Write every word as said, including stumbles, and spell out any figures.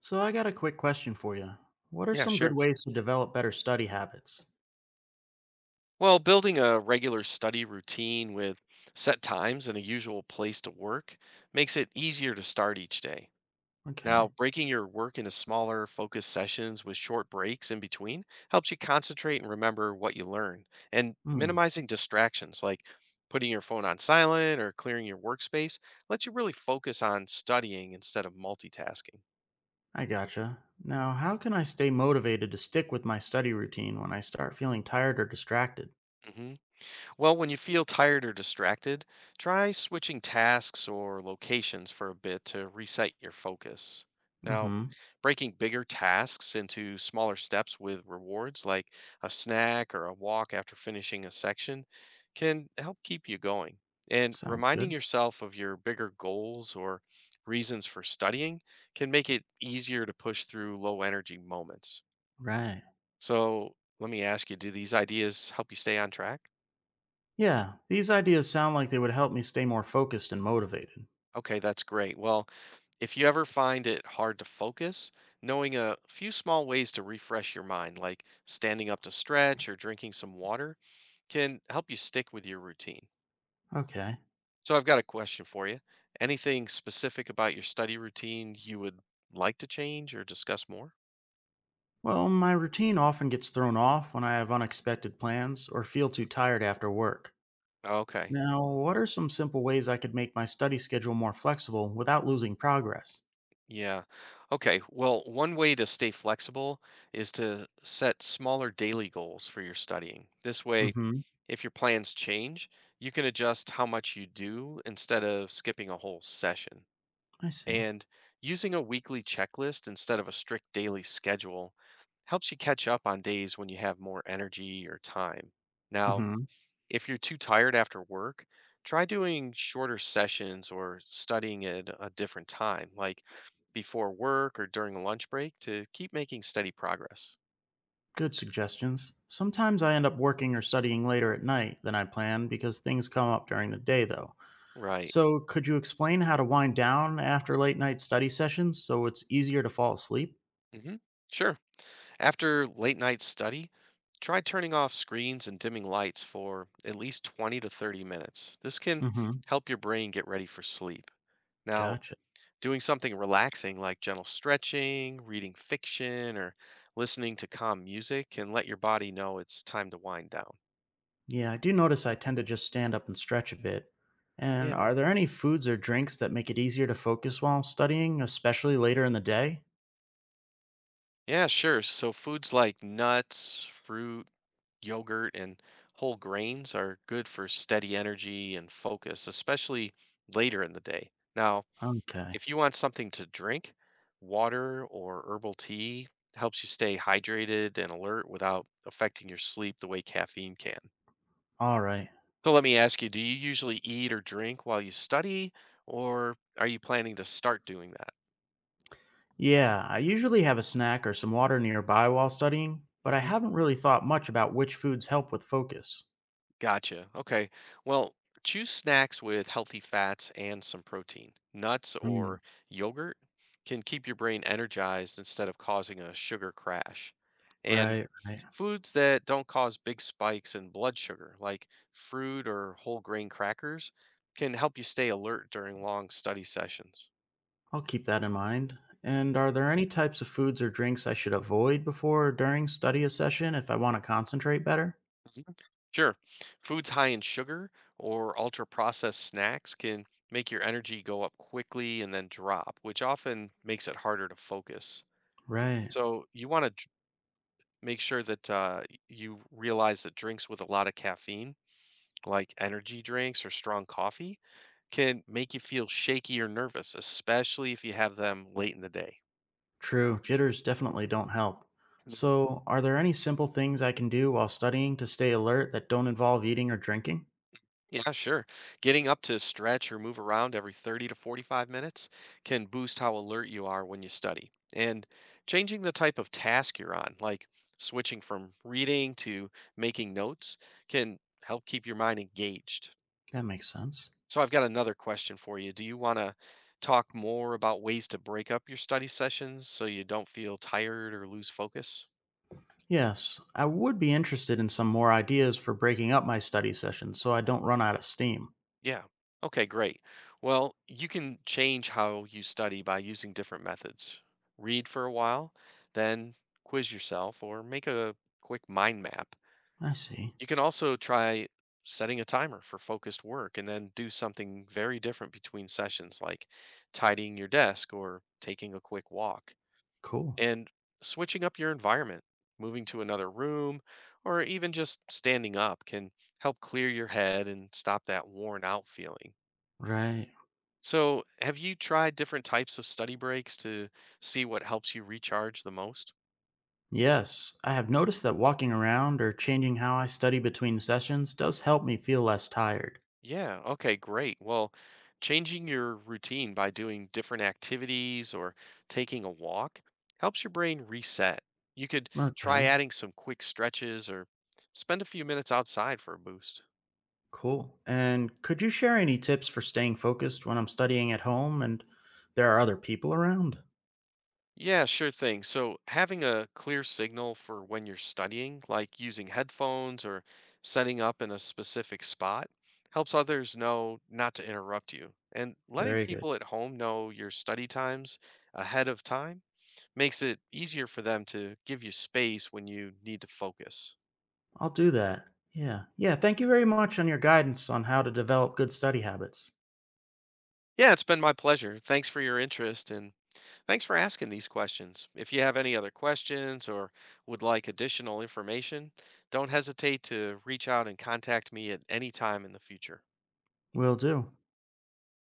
So I got a quick question for you. What are Yeah, some good sure. ways to develop better study habits? Well, building a regular study routine with set times and a usual place to work makes it easier to start each day. Okay. Now, breaking your work into smaller, focused sessions with short breaks in between helps you concentrate and remember what you learn. And Hmm. minimizing distractions like putting your phone on silent or clearing your workspace lets you really focus on studying instead of multitasking. I gotcha. Now, how can I stay motivated to stick with my study routine when I start feeling tired or distracted? Hmm. Well, when you feel tired or distracted, try switching tasks or locations for a bit to reset your focus. Now, Mm-hmm. breaking bigger tasks into smaller steps with rewards like a snack or a walk after finishing a section can help keep you going. And Sounds reminding good. yourself of your bigger goals or reasons for studying can make it easier to push through low energy moments. Right. So, let me ask you, do these ideas help you stay on track? Yeah, these ideas sound like they would help me stay more focused and motivated. Okay, that's great. Well, if you ever find it hard to focus, knowing a few small ways to refresh your mind, like standing up to stretch or drinking some water, can help you stick with your routine. Okay. So, I've got a question for you. Anything specific about your study routine you would like to change or discuss more? Well, my routine often gets thrown off when I have unexpected plans or feel too tired after work. Okay. Now, what are some simple ways I could make my study schedule more flexible without losing progress? Yeah. Okay, well, one way to stay flexible is to set smaller daily goals for your studying. This way, Mhm. if your plans change, you can adjust how much you do instead of skipping a whole session. I see. And using a weekly checklist instead of a strict daily schedule helps you catch up on days when you have more energy or time. Now, Mhm. if you're too tired after work, try doing shorter sessions or studying at a different time, like before work or during a lunch break, to keep making steady progress. Good suggestions. Sometimes I end up working or studying later at night than I planned because things come up during the day, though. Right. So, could you explain how to wind down after late night study sessions so it's easier to fall asleep? Hmm. Sure. After late night study, try turning off screens and dimming lights for at least twenty to thirty minutes. This can Mm-hmm. help your brain get ready for sleep. Now, Gotcha. doing something relaxing like gentle stretching, reading fiction, or listening to calm music can let your body know it's time to wind down. Yeah, I do notice I tend to just stand up and stretch a bit. And Yeah. are there any foods or drinks that make it easier to focus while studying, especially later in the day? Yeah, sure. So foods like nuts, fruit, yogurt, and whole grains are good for steady energy and focus, especially later in the day. Now, Okay. if you want something to drink, water or herbal tea helps you stay hydrated and alert without affecting your sleep the way caffeine can. All right. So let me ask you, do you usually eat or drink while you study, or are you planning to start doing that? Yeah, I usually have a snack or some water nearby while studying, but I Hmm. haven't really thought much about which foods help with focus. Gotcha. Okay. Well, choose snacks with healthy fats and some protein. Nuts Hmm. or yogurt can keep your brain energized instead of causing a sugar crash. And Right, right. foods that don't cause big spikes in blood sugar, like fruit or whole grain crackers, can help you stay alert during long study sessions. I'll keep that in mind. And Yeah. are there any types of foods or drinks I should avoid before or during study a session if I want to concentrate better? Sure. Foods high in sugar or ultra processed snacks can make your energy go up quickly and then drop, which often makes it harder to focus. Right. So, you want to make sure that uh, y- you realize that drinks with a lot of caffeine, like energy drinks or strong coffee, can make you feel shaky or nervous, especially if you have them late in the day. True. Jitters definitely don't help. So, are there any simple things I can do while studying to stay alert that don't involve eating or drinking? Yeah, sure. Getting up to stretch or move around every thirty to forty-five minutes can boost how alert you are when you study. And changing the type of task you're on, like switching from reading to making notes, can help keep your mind engaged. That makes sense. So, I've got another question for you. Do you want to talk more about ways to break up your study sessions so you don't feel tired or lose focus? Yes, I would be interested in some more ideas for breaking up my study sessions so I don't run out of steam. Yeah. Okay, great. Well, you can change how you study by using different methods. Read for a while, then quiz yourself or make a quick mind map. I see. You can also try setting a timer for focused work and then do something very different between sessions, like tidying your desk or taking a quick walk. Cool. And switching up your environment, moving to another room, or even just standing up can help clear your head and stop that worn out feeling. Right. So, have you tried different types of study breaks to see what helps you recharge the most? Yes, I have noticed that walking around or changing how I study between sessions does help me feel less tired. Yeah, okay, great. Well, changing your routine by doing different activities or taking a walk helps your brain reset. You could try Okay, adding some quick stretches or spend a few minutes outside for a boost. cool. And could you share any tips for staying focused when I'm studying at home and there are other people around? Yeah, sure thing. So, having a clear signal for when you're studying, like using headphones or setting up in a specific spot, helps others know not to interrupt you. And letting Very good. people at home know your study times ahead of time makes it easier for them to give you space when you need to focus. I'll do that. Yeah. Yeah, thank you very much on your guidance on how to develop good study habits. Yeah, it's been my pleasure. Thanks for your interest, and thanks for asking these questions. If you have any other questions or would like additional information, don't hesitate to reach out and contact me at any time in the future. Will do.